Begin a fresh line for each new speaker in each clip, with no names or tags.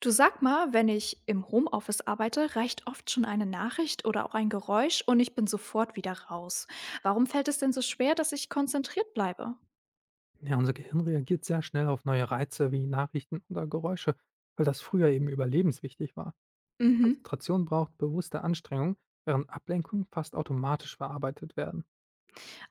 Du, sag mal, wenn ich im Homeoffice arbeite, reicht oft schon eine Nachricht oder auch ein Geräusch und ich bin sofort wieder raus. Warum fällt es denn so schwer, dass ich konzentriert bleibe?
Ja, unser Gehirn reagiert sehr schnell auf neue Reize wie Nachrichten oder Geräusche, weil das früher eben überlebenswichtig war.
Mhm.
Konzentration braucht bewusste Anstrengung, während Ablenkungen fast automatisch verarbeitet werden.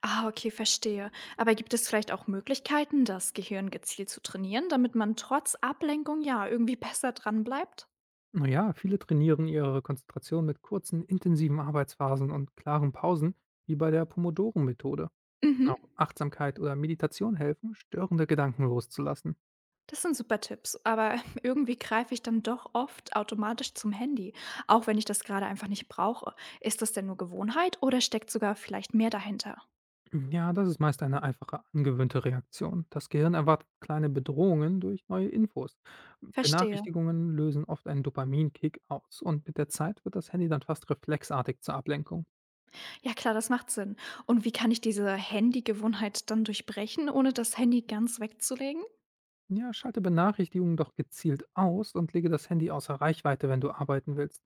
Ah, okay, verstehe. Aber gibt es vielleicht auch Möglichkeiten, das Gehirn gezielt zu trainieren, damit man trotz Ablenkung ja irgendwie besser dran bleibt?
Naja, viele trainieren ihre Konzentration mit kurzen, intensiven Arbeitsphasen und klaren Pausen, wie bei der Pomodoro-Methode.
Mhm.
Auch Achtsamkeit oder Meditation helfen, störende Gedanken loszulassen.
Das sind super Tipps, aber irgendwie greife ich dann doch oft automatisch zum Handy, auch wenn ich das gerade einfach nicht brauche. Ist das denn nur Gewohnheit oder steckt sogar vielleicht mehr dahinter?
Ja, das ist meist eine einfache angewöhnte Reaktion. Das Gehirn erwartet kleine Bedrohungen durch neue Infos.
Verstehe.
Benachrichtigungen lösen oft einen Dopaminkick aus und mit der Zeit wird das Handy dann fast reflexartig zur Ablenkung.
Ja klar, das macht Sinn. Und wie kann ich diese Handygewohnheit dann durchbrechen, ohne das Handy ganz wegzulegen?
Ja, schalte Benachrichtigungen doch gezielt aus und lege das Handy außer Reichweite, wenn du arbeiten willst.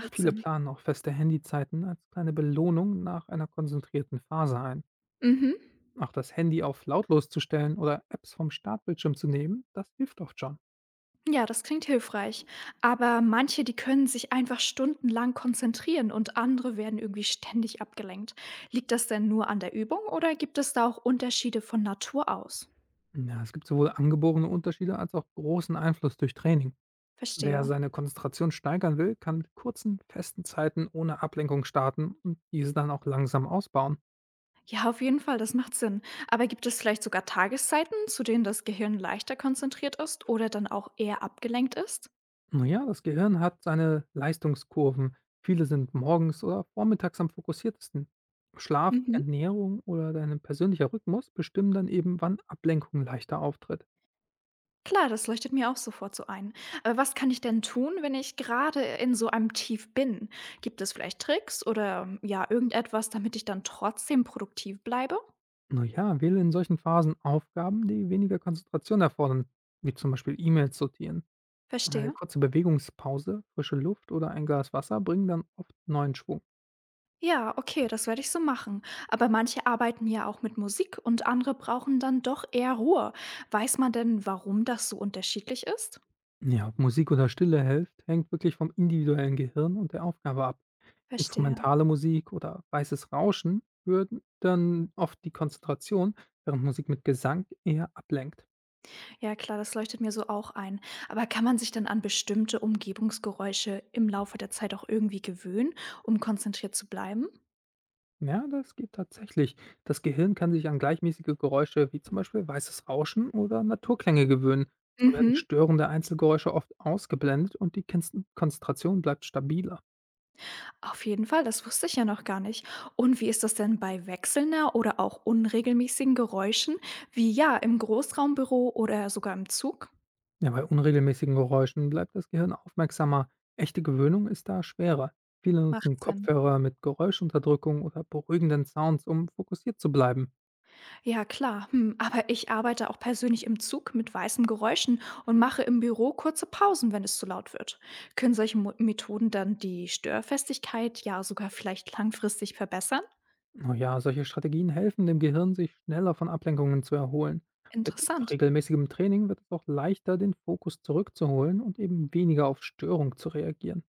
Ja, viele
Sinn.
planen auch feste Handyzeiten als kleine Belohnung nach einer konzentrierten Phase ein.
Mhm.
Auch das Handy auf lautlos zu stellen oder Apps vom Startbildschirm zu nehmen, das hilft oft schon.
Ja, das klingt hilfreich. Aber manche, die können sich einfach stundenlang konzentrieren und andere werden irgendwie ständig abgelenkt. Liegt das denn nur an der Übung oder gibt es da auch Unterschiede von Natur aus?
Ja, es gibt sowohl angeborene Unterschiede als auch großen Einfluss durch Training. Wer
Verstehe.
seine Konzentration steigern will, kann mit kurzen, festen Zeiten ohne Ablenkung starten und diese dann auch langsam ausbauen.
Ja, auf jeden Fall, das macht Sinn. Aber gibt es vielleicht sogar Tageszeiten, zu denen das Gehirn leichter konzentriert ist oder dann auch eher abgelenkt ist?
Naja, das Gehirn hat seine Leistungskurven. Viele sind morgens oder vormittags am fokussiertesten. Schlaf,
Mhm.
Ernährung oder dein persönlicher Rhythmus bestimmen dann eben, wann Ablenkung leichter auftritt.
Klar, das leuchtet mir auch sofort so ein. Aber was kann ich denn tun, wenn ich gerade in so einem Tief bin? Gibt es vielleicht Tricks oder ja, irgendetwas, damit ich dann trotzdem produktiv bleibe?
Naja, wähle in solchen Phasen Aufgaben, die weniger Konzentration erfordern, wie zum Beispiel E-Mails sortieren. Eine
Verstehe.
kurze Bewegungspause, frische Luft oder ein Glas Wasser bringen dann oft neuen Schwung.
Ja, okay, das werde ich so machen. Aber manche arbeiten ja auch mit Musik und andere brauchen dann doch eher Ruhe. Weiß man denn, warum das so unterschiedlich ist?
Ja, ob Musik oder Stille hilft, hängt wirklich vom individuellen Gehirn und der Aufgabe ab.
Verstehe.
Instrumentale Musik oder weißes Rauschen würden dann oft die Konzentration, während Musik mit Gesang eher ablenkt.
Ja, klar, das leuchtet mir so auch ein. Aber kann man sich dann an bestimmte Umgebungsgeräusche im Laufe der Zeit auch irgendwie gewöhnen, um konzentriert zu bleiben?
Ja, das geht tatsächlich. Das Gehirn kann sich an gleichmäßige Geräusche wie zum Beispiel weißes Rauschen oder Naturklänge gewöhnen. So werden
Mhm.
störende Einzelgeräusche oft ausgeblendet und die Konzentration bleibt stabiler.
Auf jeden Fall, das wusste ich ja noch gar nicht. Und wie ist das denn bei wechselnder oder auch unregelmäßigen Geräuschen, wie ja im Großraumbüro oder sogar im Zug?
Ja, bei unregelmäßigen Geräuschen bleibt das Gehirn aufmerksamer. Echte Gewöhnung ist da schwerer. Viele
Macht
nutzen
Sinn.
Kopfhörer mit Geräuschunterdrückung oder beruhigenden Sounds, um fokussiert zu bleiben.
Ja, klar. Hm, aber ich arbeite auch persönlich im Zug mit weißen Geräuschen und mache im Büro kurze Pausen, wenn es zu laut wird. Können solche Mo Methoden dann die Störfestigkeit ja sogar vielleicht langfristig verbessern?
Naja, solche Strategien helfen dem Gehirn, sich schneller von Ablenkungen zu erholen. Mit
Interessant.
regelmäßigem Training wird es auch leichter, den Fokus zurückzuholen und eben weniger auf Störung zu reagieren.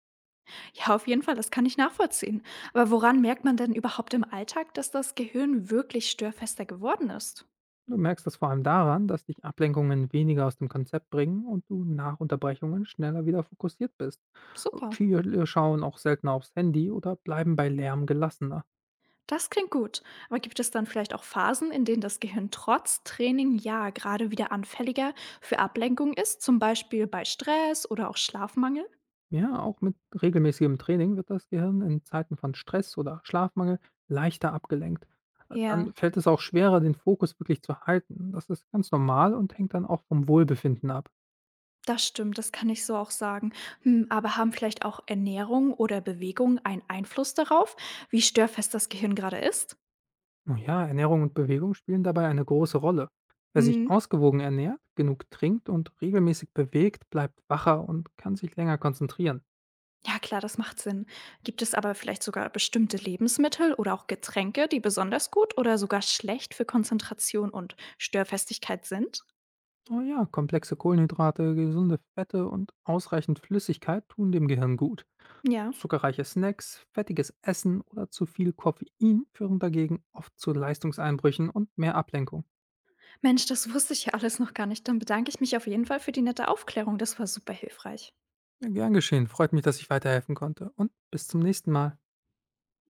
Ja, auf jeden Fall, das kann ich nachvollziehen. Aber woran merkt man denn überhaupt im Alltag, dass das Gehirn wirklich störfester geworden ist?
Du merkst das vor allem daran, dass dich Ablenkungen weniger aus dem Konzept bringen und du nach Unterbrechungen schneller wieder fokussiert bist.
Super.
Viele schauen auch seltener aufs Handy oder bleiben bei Lärm gelassener.
Das klingt gut. Aber gibt es dann vielleicht auch Phasen, in denen das Gehirn trotz Training ja gerade wieder anfälliger für Ablenkung ist? Zum Beispiel bei Stress oder auch Schlafmangel?
Ja, auch mit regelmäßigem Training wird das Gehirn in Zeiten von Stress oder Schlafmangel leichter abgelenkt.
Ja,
Dann fällt es auch schwerer, den Fokus wirklich zu halten. Das ist ganz normal und hängt dann auch vom Wohlbefinden ab.
das stimmt, das kann ich so auch sagen. Hm, aber haben vielleicht auch Ernährung oder Bewegung einen Einfluss darauf, wie störfest das Gehirn gerade ist?
Oh ja, Ernährung und Bewegung spielen dabei eine große Rolle. Wer sich
Hm,
ausgewogen ernährt, genug trinkt und regelmäßig bewegt, bleibt wacher und kann sich länger konzentrieren.
ja klar, das macht Sinn. Gibt es aber vielleicht sogar bestimmte Lebensmittel oder auch Getränke, die besonders gut oder sogar schlecht für Konzentration und Störfestigkeit sind?
Oh ja, komplexe Kohlenhydrate, gesunde Fette und ausreichend Flüssigkeit tun dem Gehirn gut.
Ja.
Zuckerreiche Snacks, fettiges Essen oder zu viel Koffein führen dagegen oft zu Leistungseinbrüchen und mehr Ablenkung.
Mensch, das wusste ich ja alles noch gar nicht. Dann bedanke ich mich auf jeden Fall für die nette Aufklärung. Das war super hilfreich.
Ja, gern geschehen, freut mich, dass ich weiterhelfen konnte und bis zum nächsten Mal.